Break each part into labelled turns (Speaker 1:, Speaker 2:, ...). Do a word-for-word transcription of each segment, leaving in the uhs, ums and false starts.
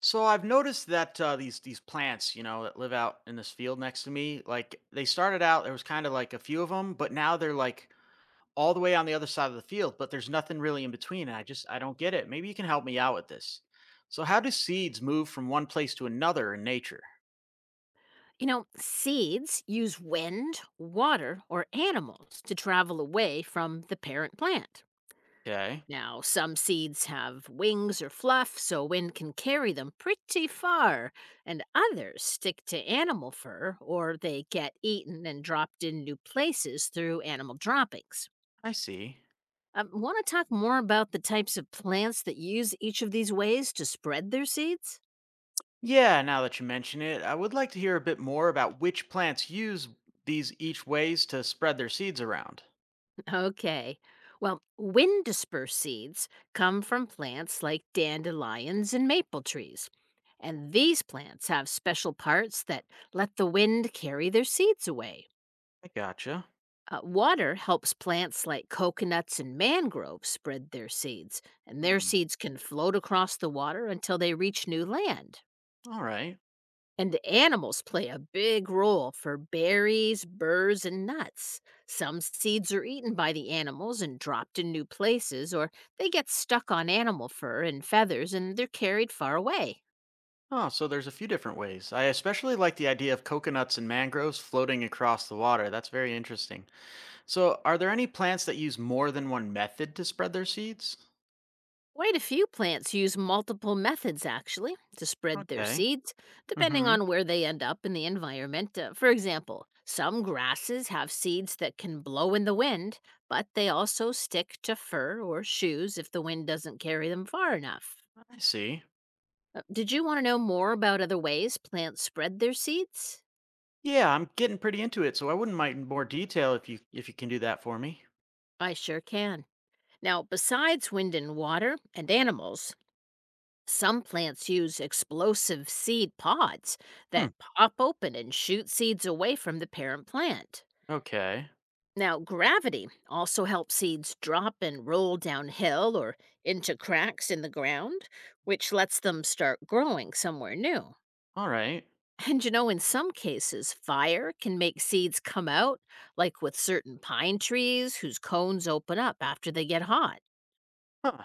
Speaker 1: So I've noticed that uh, these these plants, you know, that live out in this field next to me, like they started out there was kind of like a few of them, but now they're like all the way on the other side of the field, but there's nothing really in between, and I just I don't get it. Maybe you can help me out with this. So how do seeds move from one place to another in nature?
Speaker 2: You know, seeds use wind, water, or animals to travel away from the parent plant.
Speaker 1: Okay.
Speaker 2: Now, some seeds have wings or fluff, so wind can carry them pretty far, and others stick to animal fur or they get eaten and dropped in new places through animal droppings.
Speaker 1: I see.
Speaker 2: I want to talk more about the types of plants that use each of these ways to spread their seeds?
Speaker 1: Yeah, now that you mention it, I would like to hear a bit more about which plants use these each ways to spread their seeds around.
Speaker 2: Okay. Well, wind dispersed seeds come from plants like dandelions and maple trees. And these plants have special parts that let the wind carry their seeds away.
Speaker 1: I gotcha.
Speaker 2: Uh, water helps plants like coconuts and mangroves spread their seeds, and their
Speaker 1: Hmm.
Speaker 2: seeds can float across the water until they reach new land.
Speaker 1: All right.
Speaker 2: And the animals play a big role for berries, burrs, and nuts. Some seeds are eaten by the animals and dropped in new places, or they get stuck on animal fur and feathers and they're carried far away.
Speaker 1: Oh, so there's a few different ways. I especially like the idea of coconuts and mangroves floating across the water. That's very interesting. So, are there any plants that use more than one method to spread their seeds?
Speaker 2: Quite a few plants use multiple methods, actually, to spread their
Speaker 1: Okay.
Speaker 2: seeds, depending
Speaker 1: Mm-hmm.
Speaker 2: on where they end up in the environment. Uh, for example, some grasses have seeds that can blow in the wind, but they also stick to fur or shoes if the wind doesn't carry them far enough.
Speaker 1: I see.
Speaker 2: Uh, Did you want to know more about other ways plants spread their seeds?
Speaker 1: Yeah, I'm getting pretty into it, so I wouldn't mind more detail if you if you can do that for me.
Speaker 2: I sure can. Now, besides wind and water and animals, some plants use explosive seed pods
Speaker 1: Hmm.
Speaker 2: that pop open and shoot seeds away from the parent plant.
Speaker 1: Okay.
Speaker 2: Now, gravity also helps seeds drop and roll downhill or into cracks in the ground, which lets them start growing somewhere new.
Speaker 1: All right.
Speaker 2: And you know, in some cases, fire can make seeds come out, like with certain pine trees whose cones open up after they get hot.
Speaker 1: Huh.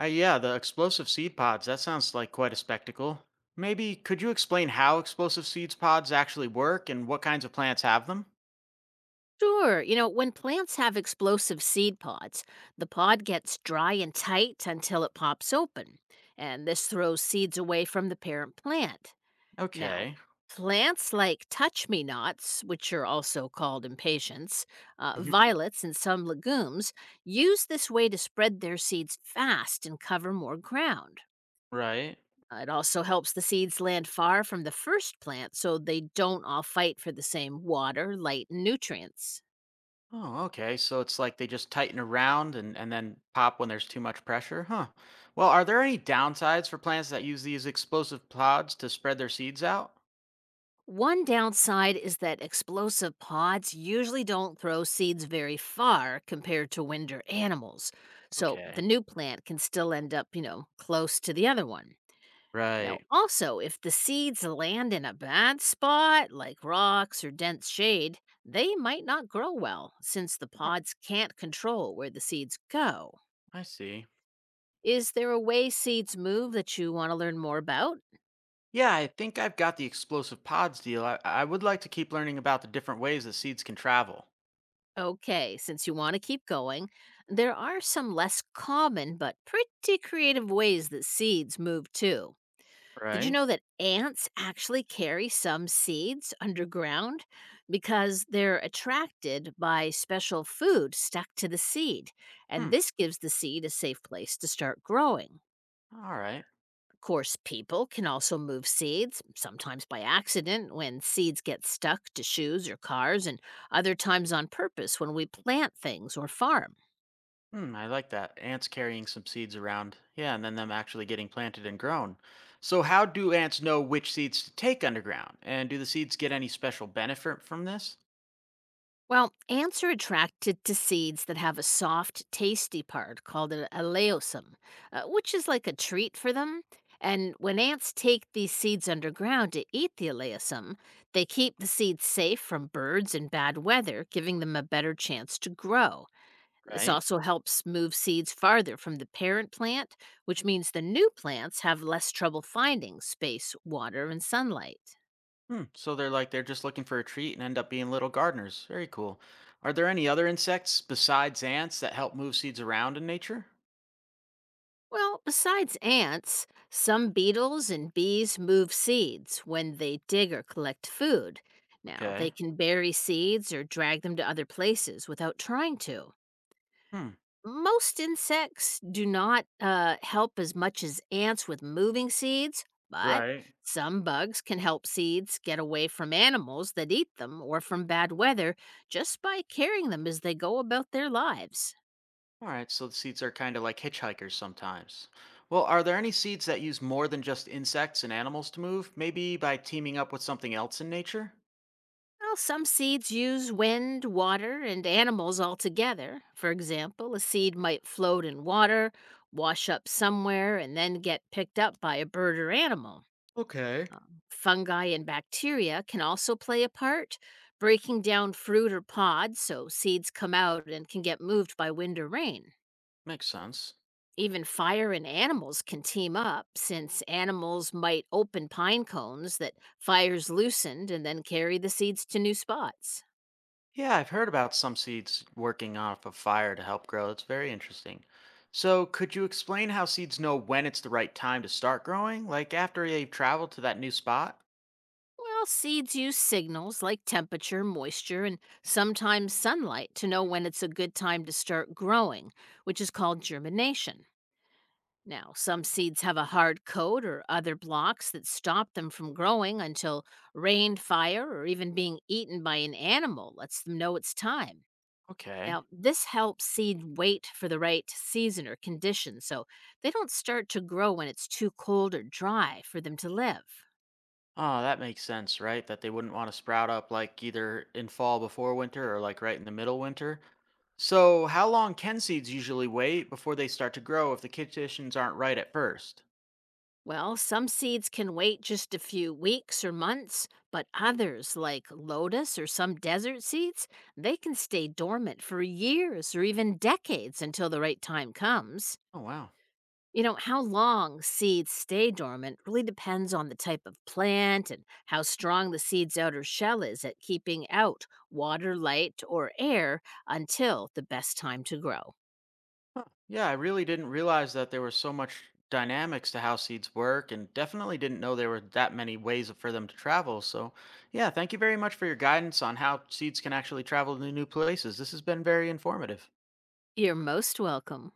Speaker 1: Uh, yeah, the explosive seed pods. That sounds like quite a spectacle. Maybe could you explain how explosive seeds pods actually work and what kinds of plants have them?
Speaker 2: Sure, you know, when plants have explosive seed pods, the pod gets dry and tight until it pops open, and this throws seeds away from the parent plant. Now,
Speaker 1: Okay.
Speaker 2: plants like touch me nots, which are also called impatiens, uh, violets, and some legumes use this way to spread their seeds fast and cover more ground.
Speaker 1: Right.
Speaker 2: Uh, It also helps the seeds land far from the first plant so they don't all fight for the same water, light, and nutrients.
Speaker 1: Oh, okay. So it's like they just tighten around and, and then pop when there's too much pressure. Huh. Well, are there any downsides for plants that use these explosive pods to spread their seeds out?
Speaker 2: One downside is that explosive pods usually don't throw seeds very far compared to winter animals, so the
Speaker 1: Okay.
Speaker 2: new plant can still end up, you know, close to the other one. Now,
Speaker 1: Right.
Speaker 2: also, if the seeds land in a bad spot, like rocks or dense shade, they might not grow well since the pods can't control where the seeds go.
Speaker 1: I see.
Speaker 2: Is there a way seeds move that you want to learn more about?
Speaker 1: Yeah, I think I've got the explosive pods deal. I, I would like to keep learning about the different ways that seeds can travel.
Speaker 2: Okay, since you want to keep going, there are some less common but pretty creative ways that seeds move too. Did you
Speaker 1: Right.
Speaker 2: know that ants actually carry some seeds underground because they're attracted by special food stuck to the seed, and
Speaker 1: Hmm.
Speaker 2: this gives the seed a safe place to start growing?
Speaker 1: All right.
Speaker 2: Of course, people can also move seeds, sometimes by accident when seeds get stuck to shoes or cars, and other times on purpose when we plant things or farm.
Speaker 1: Hmm, I like that. Ants carrying some seeds around. Yeah, and then them actually getting planted and grown. So, how do ants know which seeds to take underground? And do the seeds get any special benefit from this?
Speaker 2: Well, ants are attracted to seeds that have a soft, tasty part called an aleosum, uh, which is like a treat for them. And when ants take these seeds underground to eat the aleosum, they keep the seeds safe from birds and bad weather, giving them a better chance to grow. This
Speaker 1: Right?
Speaker 2: also helps move seeds farther from the parent plant, which means the new plants have less trouble finding space, water, and sunlight.
Speaker 1: Hmm, so they're like, they're just looking for a treat and end up being little gardeners. Very cool. Are there any other insects besides ants that help move seeds around in nature?
Speaker 2: Well, besides ants, some beetles and bees move seeds when they dig or collect food. Now, they
Speaker 1: Okay.
Speaker 2: can bury seeds or drag them to other places without trying to.
Speaker 1: Hmm,
Speaker 2: Most insects do not uh, help as much as ants with moving seeds, but
Speaker 1: right.
Speaker 2: some bugs can help seeds get away from animals that eat them or from bad weather just by carrying them as they go about their lives.
Speaker 1: All right, so the seeds are kind of like hitchhikers sometimes. Well, are there any seeds that use more than just insects and animals to move, maybe by teaming up with something else in nature?
Speaker 2: Well, some seeds use wind, water, and animals all together. For example, a seed might float in water, wash up somewhere, and then get picked up by a bird or animal.
Speaker 1: Okay.
Speaker 2: Um, fungi and bacteria can also play a part, breaking down fruit or pods so seeds come out and can get moved by wind or rain.
Speaker 1: Makes sense.
Speaker 2: Even fire and animals can team up, since animals might open pine cones that fires loosened and then carry the seeds to new spots.
Speaker 1: Yeah, I've heard about some seeds working off of fire to help grow. It's very interesting. So, could you explain how seeds know when it's the right time to start growing, like after they've traveled to that new spot?
Speaker 2: Well, seeds use signals like temperature, moisture, and sometimes sunlight to know when it's a good time to start growing, which is called germination. Now, some seeds have a hard coat or other blocks that stop them from growing until rain, fire, or even being eaten by an animal lets them know it's time.
Speaker 1: Okay.
Speaker 2: Now, this helps seed wait for the right season or condition so they don't start to grow when it's too cold or dry for them to live.
Speaker 1: Ah, that makes sense, right? That they wouldn't want to sprout up like either in fall before winter or like right in the middle winter. So, how long can seeds usually wait before they start to grow if the conditions aren't right at first?
Speaker 2: Well, some seeds can wait just a few weeks or months, but others, like lotus or some desert seeds, they can stay dormant for years or even decades until the right time comes.
Speaker 1: Oh, wow.
Speaker 2: You know, how long seeds stay dormant really depends on the type of plant and how strong the seed's outer shell is at keeping out water, light, or air until the best time to grow.
Speaker 1: Huh. Yeah, I really didn't realize that there was so much dynamics to how seeds work and definitely didn't know there were that many ways for them to travel. So, yeah, thank you very much for your guidance on how seeds can actually travel to new places. This has been very informative.
Speaker 2: You're most welcome.